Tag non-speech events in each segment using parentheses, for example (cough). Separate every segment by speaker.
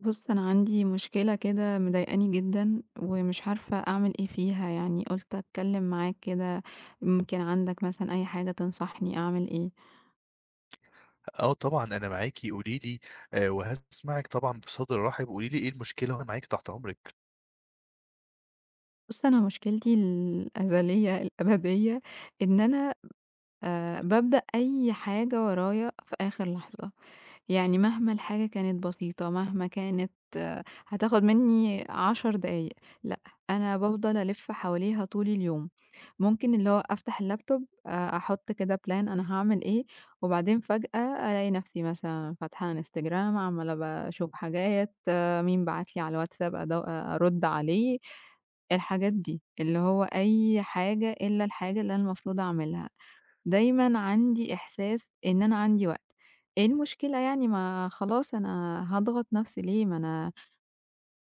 Speaker 1: بُص، أنا عندي مشكلة كده مضايقاني جدًا، ومش عارفة أعمل إيه فيها، يعني قُلت أتكلم معاك كده، يمكن عندك مثلًا أي حاجة تنصحني أعمل إيه.
Speaker 2: آه طبعًا، أنا معاكِ، قولي لي. وهاسمعِك طبعًا بصدر رحب، قولي لي إيه المشكلة وأنا معاكِ تحت أمرِك.
Speaker 1: بُص، أنا مشكلتي الأزلية الأبدية إن أنا بابدأ أي حاجة ورايا في آخر لحظة. يعني مهما الحاجة كانت بسيطة، مهما كانت آه، هتاخد منّي 10 دقايق، لأ، أنا بافضل ألِف حواليها طول اليوم. ممكن اللي هو أفتح اللابتوب أحُط كده plan أنا هاعمل إيه، وبعدين فجأة ألاقي نَفْسي مثلًا فاتحة إنستجرام، عمّالة باشوف حاجات، آه، مين بعت لي على الواتساب أدو أرُد عليه، الحاجات دي. اللي هو أي حاجة إلا الحاجة اللي أنا المفروض أعملها. دايمًا عندي إحساس إن أنا عندي وقت، إيه المشكلة يعني ما خلاص أنا هاضغط نفسي ليه؟ ما أنا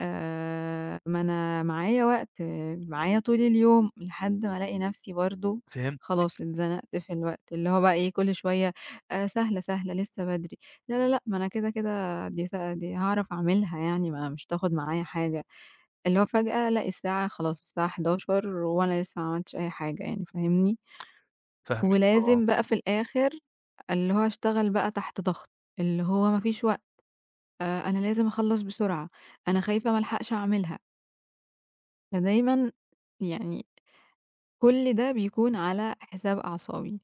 Speaker 1: ما أنا معايا وقت، آه، معايا طول اليوم لحد ما ألاقي نفسي برضه
Speaker 2: فهم.
Speaker 1: خلاص اتزنقت في الوقت، اللي هو بقى إيه كل شوية سهلة، سهلة لسه بدري، لا، لا، لأ، ما أنا كده، كده دي س دي هاعرف أعملها يعني ما مش هتاخد معايا حاجة، اللي هو فجأة ألاقي الساعة خلاص الساعة 23:00 وأنا لسه ما عملتش أي حاجة يعني فاهمني؟
Speaker 2: فاهمِك طبعًا،
Speaker 1: ولازم بقى في الآخر اللي هو أشتغل بقى تحت ضغط، اللي هو ما فيش وقت، أنا لازم أخلّص بسرعة، أنا خايفة ما ألحقش أعملها، فدايمًا يعني كل ده بيكون على حساب أعصابي،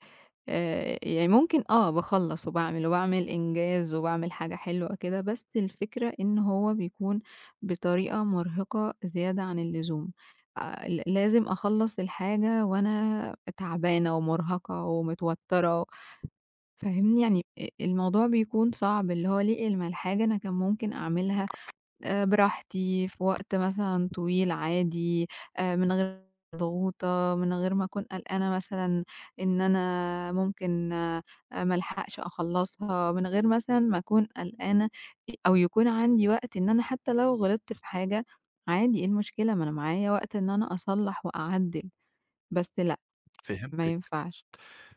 Speaker 1: يعني ممكن آه باخلّص وباعمل، وباعمل إنجاز وباعمل حاجة حلوة كده، بس الفكرة إن هو بيكون بطريقة مرهقة زيادة عن اللزوم، ل لازم أخلّص الحاجة وأنا تعبانة ومرهقة ومتوترة فاهمني؟ يعني الموضوع بيكون صعب، اللي هو ليه ألمَا الحاجة أنا كان ممكن أعملها براحتي، في وقت مثلًا طويل عادي، من غير مضغوطة، من غير ما أكون قلقانة مثلًا إن أنا ممكن ما ألحقش أخلّصها، من غير مثلًا ما أكون قلقانة أو يكون عندي وقت إن أنا حتى لو غلطت في حاجة عادي، إيه المشكلة؟ ما أنا معايا وقت إن أنا أصلّح وأعدِّل، بس لأ، ما
Speaker 2: فهمتِك،
Speaker 1: ينفعش،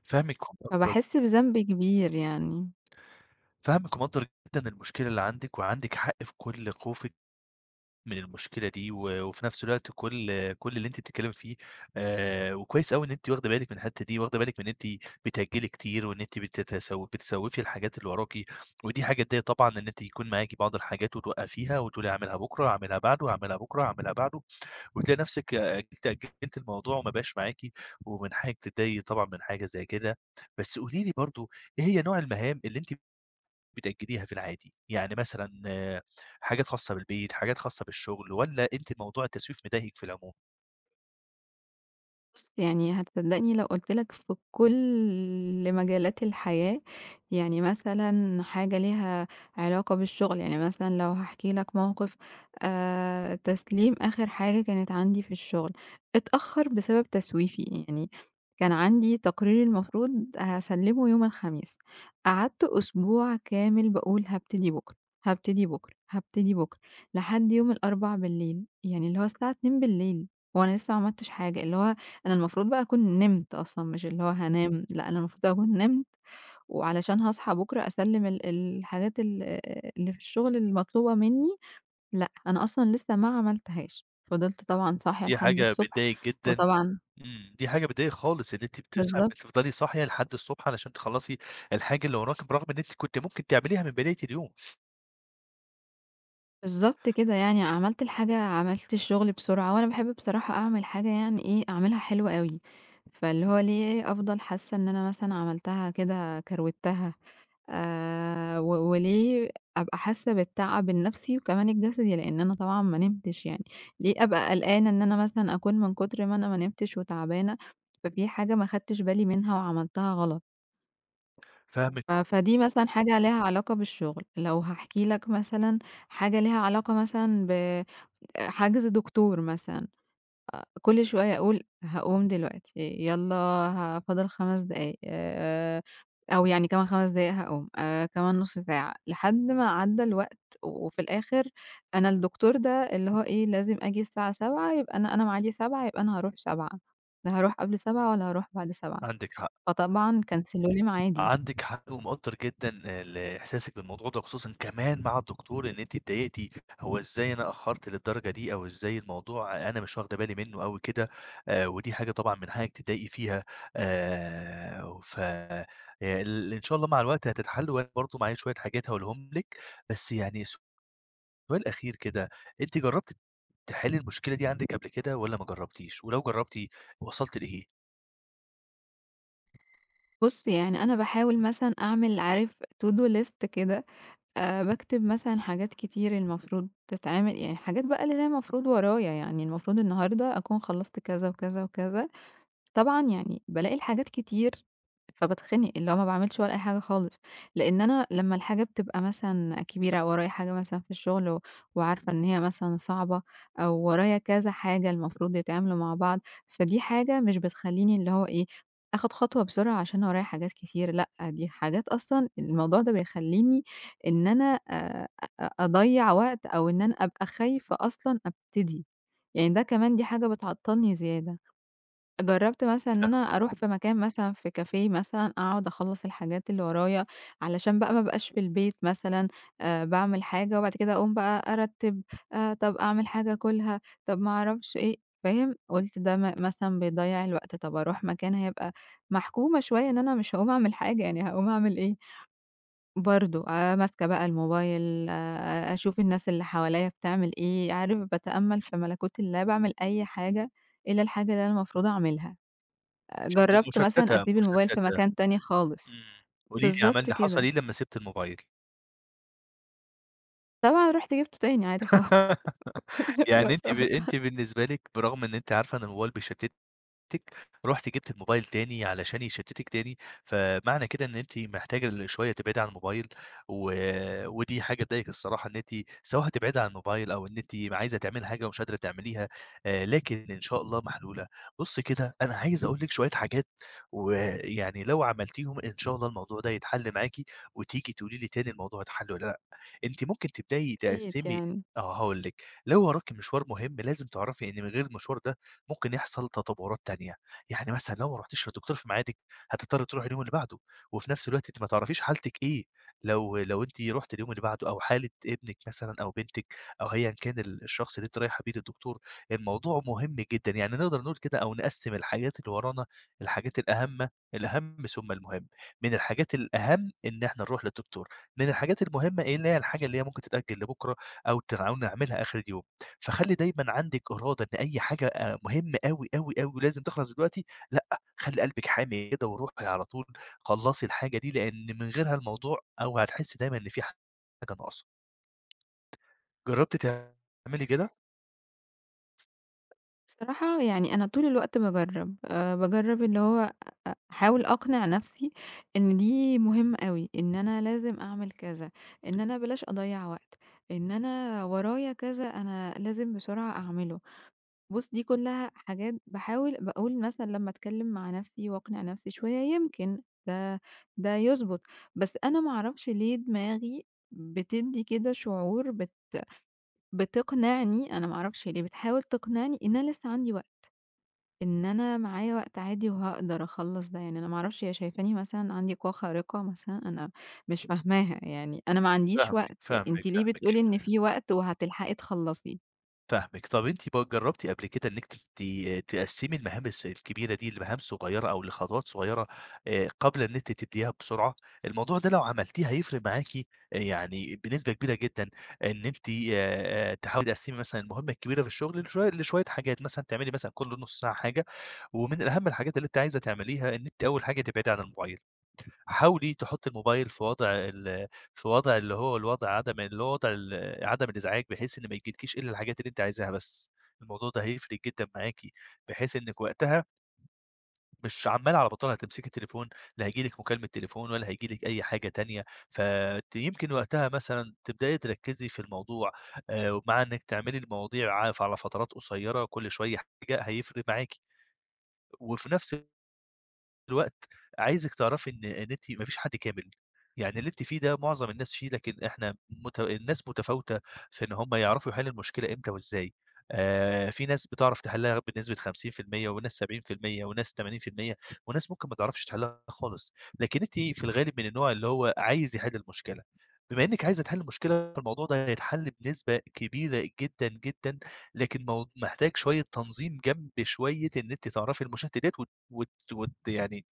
Speaker 2: فاهمِك ومقدّر.
Speaker 1: فباحس بذنب كبير يعني.
Speaker 2: فاهمِك ومقدّر جدًا المشكلة اللي عندِك، وعندِك حق في كل خوفِك من المشكلة دي، وفي نفس الوقت كل اللي أنتِ بتتكلمي فيه، وكويس أوي إن أنتِ واخدة بالِك من الحتة دي، واخدة بالِك من إن أنتِ بتأجّلي كتير، وإن أنتِ بتسوّفي الحاجات اللي وراكِ، ودي حاجة تضايق طبعًا إن أنتِ يكون معاكِ بعض الحاجات وتوقّفيها وتقولي هاعملها بكرة، هاعملها بعده، هاعملها بكرة، هاعملها بعده. وتلاقي نفسِك أجلتِ الموضوع وما بقاش معاكِ، ومن حقِّك تتضايقي طبعًا من حاجة زي كده، بس قولي لي برضه إيه هي نوع المهام اللي أنتِ بتأجليها في العادي؟ يعني مثلًا آه، حاجات خاصة بالبيت، حاجات خاصة بالشغل، والّا أنتِ موضوع التسويف مضايقِك في العموم؟
Speaker 1: بُص، يعني هتصدّقني لو قُلت لك في كل مجالات الحياة، يعني مثلًا حاجة ليها علاقة بالشغل، يعني مثلًا لو هاحكي لك موقف تسليم آخر حاجة كانت عندي في الشغل، اتأخّر بسبب تسويفي، يعني كان عندي تقرير المفروض هاسلّمه يوم الخميس، قعدت أسبوع كامل باقول هابتدي بُكرة، هابتدي بُكرة، هابتدي بُكرة، لحد يوم الأربع بالليل، يعني اللي هو الساعة 02:00 وأنا لسه ما عملتش حاجة، اللي هو أنا المفروض بقى أكون نِمت أصلًا، مش اللي هو هانام، لأ أنا المفروض أكون نِمت، وعلشان هاصحى بُكرة أسلِّم الحاجات اللي في الشغل المطلوبة منّي، لأ أنا أصلًا لسه ما عملتهاش، فضلت طبعًا صاحية
Speaker 2: دي
Speaker 1: لحد
Speaker 2: حاجة
Speaker 1: الصبح،
Speaker 2: بتضايقِك جدًا.
Speaker 1: وطبعًا
Speaker 2: إمم، دي حاجة بتضايق خالص إن أنتِ بتصحي
Speaker 1: بالضبط،
Speaker 2: بتفضلي صاحية لحد الصبح علشان تخلّصي الحاجة اللي وراكِ، برغم إن أنتِ كنتِ ممكن تعمليها من بداية اليوم،
Speaker 1: بالضبط كده يعني عملت الحاجة عملت الشغل بسرعة، وأنا باحب بصراحة أعمل حاجة يعني إيه، أعملها حلوة أوي، فاللي هو ليه أفضل حاسة إن أنا مثلًا عملتها كده كروِتّها. و وليه أبقى حاسّة بالتعب النفسي وكمان الجسدي، لإن أنا طبعًا ما نمتش يعني، ليه أبقى قلقانة إن أنا مثلًا أكون من كتر ما أنا ما نمتش وتعبانة، ففي حاجة ما خدتش بالي منها وعملتها غلط،
Speaker 2: فاهمِك آه،
Speaker 1: فدي مثلًا حاجة ليها علاقة بالشغل، لو هاحكي لك مثلًا حاجة ليها علاقة مثلًا حجز دكتور مثلًا. كل شوية أقول هاقوم دلوقتي، يالّا فاضل 5 دقايق أو يعني كمان 5 دقايق هاقوم، كمان نُص ساعة، لحد ما عدّى الوقت وفي الآخر أنا الدكتور ده اللي هو إيه لازم آجي الساعة 07:00 يبقى أنا ميعادي 07:00 يبقى أنا هاروح 07:00 لا هاروح قبل 07:00 ولا هاروح بعد 07:00
Speaker 2: عندِك حق.
Speaker 1: فطبعًا كنسلوا لي ميعادي.
Speaker 2: عندِك حق ومقدّر جدًا ال إحساسِك بالموضوع ده، خصوصًا كمان مع الدكتور إن أنتِ اتضايقتِ، هو إزاي أنا أخّرت للدرجة دي أو إزاي الموضوع أنا مش واخدة بالي منّه أوي كده، ودي حاجة طبعًا من حقِّك تتضايقي فيها، ف ال إن شاء الله مع الوقت هتتحل وأنا برضه معايا شوية حاجات هاقولهم لِك، بس يعني سؤال أخير كده، أنتِ جرّبتِ تحلّي المشكلة دي عندِك قبل كده والّا ما جرّبتيش؟ ولو جرّبتِ وصلتِ لإيه؟
Speaker 1: بُص يعني أنا باحاول مثلًا أعمل عارف to do list كده باكتب مثلًا حاجات كتير المفروض تتعمل، يعني حاجات بقى اللي هي المفروض ورايا، يعني المفروض النهارده أكون خلّصت كذا، وكذا، وكذا. طبعًا يعني بالاقي الحاجات كتير، فباتخنق، اللي هو ما باعملش ولا أي حاجة خالص، لإن أنا لمّا الحاجة بتبقى مثلًا كبيرة أو ورايا حاجة مثلًا في الشغل وعارفة إن هي مثلًا صعبة أو ورايا كذا حاجة المفروض يتعملوا مع بعض، فدي حاجة مش بتخلّيني اللي هو إيه، آخد خطوة بسرعة عشان ورايا حاجات كتير، لأ، دي حاجات أصلًا الموضوع ده بيخلّيني إن أنا أضيّع وقت أو إن أنا أبقى خايفة أصلًا أبتدي، يعني ده كمان دي حاجة بتعطّلني زيادة. جرّبت مثلًا إن أنا
Speaker 2: ف
Speaker 1: أروح في مكان مثلًا في كافيه مثلًا أقعد أخلّص الحاجات اللي ورايا، علشان بقى ما ابقاش في البيت مثلًا باعمل حاجة وبعد كده أقوم بقى أرتّب، طب أعمل حاجة آكلها، طب ما أعرفش إيه، فاهم؟ قُلت ده مثلًا بيضيّع الوقت، طب أروح مكان هيبقى محكومة شوية إن أنا مش هاقوم أعمل حاجة، يعني هاقوم أعمل إيه؟ برضه ماسكة بقى الموبايل، أشوف الناس اللي حواليّا بتعمل إيه، عارف باتأمّل في ملكوت الله باعمل أي حاجة إلا الحاجة اللي أنا المفروض أعملها. جرّبت مثلًا
Speaker 2: مشتّتة،
Speaker 1: أسيب الموبايل في
Speaker 2: مشتّتة.
Speaker 1: مكان تاني خالص،
Speaker 2: إمم، قولي لي عمل
Speaker 1: بالضبط
Speaker 2: لي حصل
Speaker 1: كده،
Speaker 2: إيه لمّا سِبت الموبايل؟
Speaker 1: طبعًا رُحت جِبته تاني عادي خالص (laughs)
Speaker 2: (laughs)
Speaker 1: (unintelligible)
Speaker 2: يعني
Speaker 1: ببساطة،
Speaker 2: أنتِ بالنسبة لِك برغم إن أنتِ عارفة إن الموبايل بيشتتِك رُحتِ جبتِ الموبايل تاني علشان يشتتِك تاني، فمعنى كده إن أنتِ محتاجة ل شوية تبعدي عن الموبايل، و ودي حاجة تضايقِك الصراحة إن أنتِ سواء هتبعدي عن الموبايل أو إن أنتِ عايزة تعملي حاجة ومش قادرة تعمليها، لكن إن شاء الله محلولة. بُصّي كده أنا عايز أقول لِك شوية حاجات، ويعني لو عملتيهم إن شاء الله الموضوع ده يتحل معاكِ، وتيجي تقولي لي تاني الموضوع اتحل والّا لأ. أنتِ ممكن تبدئي
Speaker 1: يا ريت
Speaker 2: تقسّمي.
Speaker 1: يعني،
Speaker 2: آه هاقول لِك، لو وراكِ مشوار مهم لازم تعرفي إن من غير المشوار ده ممكن يحصل تطورات تانية، يعني مثلًا لو ما رُحتيش للدكتور في ميعادِك، هتضطري تروحي اليوم اللي بعده، وفي نفس الوقت أنتِ ما تعرفيش حالتِك إيه، لو أنتِ رُحتِ اليوم اللي بعده أو حالة ابنِك مثلًا أو بنتِك أو أيًا كان ال الشخص اللي أنتِ رايحة بيه للدكتور، الموضوع مهم جدًا، يعني نقدر نقول كده أو نقسّم الحاجات اللي ورانا الحاجات الأهَم الأهم ثم المهم، من الحاجات الأهم إن إحنا نروح للدكتور، من الحاجات المهمة ايه اللي هي الحاجة اللي هي ممكن تتأجل لبكرة أو نعملها آخر اليوم. فخلّي دايمًا عندِك إرادة إن أي حاجة مهمة أوي، أوي، أوي ولازم تخلص دلوقتي، لأ، خلّي قلبِك حامي كده وروحي على طول خلّصي الحاجة دي، لإن من غيرها الموضوع أو هتحسّي دايمًا إن في حاجة ناقصة. جرّبتِ تعملي كده؟
Speaker 1: بصراحة يعني أنا طول الوقت باجرّب، باجرّب اللي هو أحاول أقنع نَفْسي إن دي مهمة أوي، إن أنا لازم أعمل كذا، إن أنا بلاش أضيّع وقت، إن أنا ورايا كذا أنا لازم بسرعة أعمله. بُص، دي كلّها حاجات باحاول باقول مثلًا لمّا أتكلّم مع نَفْسي وأقنع نَفْسي شوية يمكن ده يضبط، بس أنا ما أعرفش ليه دماغي بتدّي كده شعور بتقنعني أنا ما أعرفش ليه بتحاول تقنعني إن أنا لسّه عندي وقت، إن أنا معايا وقت عادي وهاقدر أخلّص ده، يعني أنا ما أعرفش هي شايفاني مثلًا عندي قوة خارقة مثلًا أنا مش فاهماها، يعني أنا ما عنديش
Speaker 2: فاهمِك،
Speaker 1: وقت، أنتِ
Speaker 2: فاهمِك،
Speaker 1: ليه
Speaker 2: فاهمِك.
Speaker 1: بتقولي إن في وقت وهتلحقي تخلّصيه؟
Speaker 2: فاهمِك. طَب أنتِ بقى جرّبتِ قبل كده إنِّك ت ت تقسّمي المهام الكبيرة دي لمهام صغيرة أو لخطوات صغيرة قبل إن أنتِ تبديها بسرعة؟ الموضوع ده لو عملتيه هيفرق معاكِ يعني بنسبة كبيرة جدًا إن أنتِ تحاولي تقسّمي مثلًا المهمة الكبيرة في الشغل لشوية حاجات، مثلًا تعملي مثلًا كل نُص ساعة حاجة، ومن أهم الحاجات اللي أنتِ عايزة تعمليها إن أنتِ أول حاجة تبعدي عن الموبايل. حاولي تحطّي الموبايل في وضع ال في وضع اللي هو وضع ال عدم الإزعاج، بحيث إن ما يجيلكيش إلا الحاجات اللي أنتِ عايزاها بس، الموضوع ده هيفرق جدًا معاكِ، بحيث إنِّك وقتها مش عمّالة على بطال هتمسكي التليفون، لا هييجي لِك مكالمة تليفون ولا هييجي لِك أي حاجة تانية، يمكن وقتها مثلًا تبدئي تركّزي في الموضوع ومع إنِّك تعملي المواضيع على فترات قصيّرة كل شوية حاجة هيفرق معاكِ، وفي نفس الوقت عايزِك تعرفي إن أنتِ ما فيش حد كامل، يعني اللي أنتِ فيه ده معظم الناس فيه، لكن إحنا الناس متفاوتة في إن هم يعرفوا يحلّوا المشكلة إمتى وإزاي، في ناس بتعرف تحلّها بنسبة 50% وناس 70% وناس 80% وناس ممكن ما تعرفش تحلّها خالص، لكن أنتِ في الغالب من النوع اللي هو عايز يحل المشكلة، بما إنِّك عايزة تحلّي المشكلة فالموضوع ده هيتحل بنسبة كبيرة جدًا، جدًا، لكن مو محتاج شوية تنظيم جنب شوية إن أنتِ تعرفي المشتتات و وت وت يعني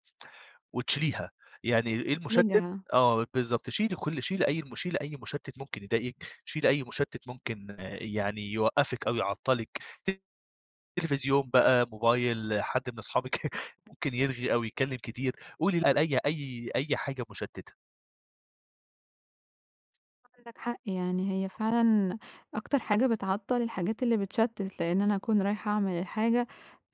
Speaker 2: وتشيليها، يعني إيه المشتت. آه بالضبط، شيلي أي مشتت ممكن يضايقِك، شيلي أي مشتت ممكن يوقّفِك أو يعطّلِك، تلفزيون بقى، موبايل، حد من أصحابِك (laughs) ممكن يرغي أو يتكلم كتير، قولي لأ لأي أي أي حاجة مشتتة،
Speaker 1: عندك حق يعني هي فعلًا أكتر حاجة بتعطّل الحاجات اللي بتشتِّت، لإن أنا أكون رايحة أعمل الحاجة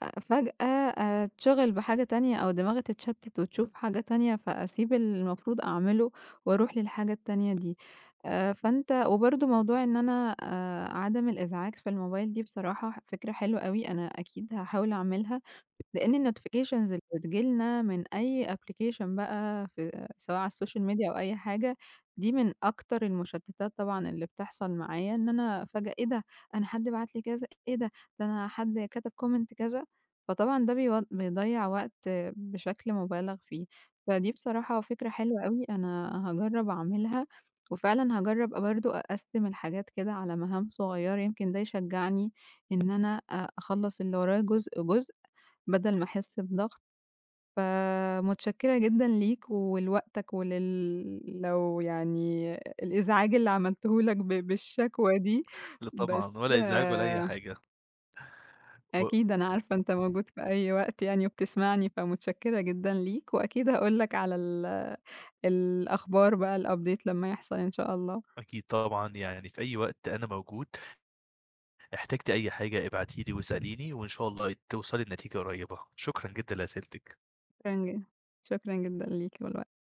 Speaker 1: فجأة أتشغِل بحاجة تانية أو دماغي تتشتِّت وتشوف حاجة تانية، فأسيب اللي المفروض أعمله وأروح للحاجة التانية دي. فأنت وبرضه موضوع إن أنا عدم الإزعاج في الموبايل دي بصراحة فكرة حلوة أوي، أنا أكيد هاحاول أعملها. لإن الnotifications اللي بتيجي لنا من أي application بقى في سواء على السوشيال ميديا أو أي حاجة، دي من أكتر المشتتات طبعًا اللي بتحصل معايا، إن أنا فجأة إيه ده! أنا حد بعت لي كذا، إيه ده! ده أنا حد كتب comment كذا، فطبعًا ده بيضيّع وقت بشكل مُبالغ فيه. فدي بصراحة فكرة حلوة أوي، أنا هاجرّب أعملها، وفعلًا هاجرّب برضه أقسّم الحاجات كده على مهام صغيّرة، يمكن ده يشجّعني إن أنا أخلّص اللي ورايا جزء، جزء. بدل ما أحس بضغط، فمتشكرة جدًا ليك ولوقتك لو يعني الإزعاج اللي عملته لك بالشكوى دي،
Speaker 2: لأ طبعًا
Speaker 1: بس
Speaker 2: ولا إزعاج ولا أي
Speaker 1: آه،
Speaker 2: حاجة، و
Speaker 1: أكيد أنا عارفة أنت موجود في أي وقت يعني وبتسمعني، فمتشكرة جدًا ليك، وأكيد هاقول لك على الأخبار بقى الupdate لمّا يحصل إن شاء الله.
Speaker 2: أكيد طبعًا يعني في أي وقت أنا موجود، احتجتِ أي حاجة ابعتي لي واسأليني وإن شاء الله توصلي لنتيجة قريّبة، شكرًا جدًا لأسئلتِك.
Speaker 1: شكرًا ج شكرًا جدًا ليك ولوقتك.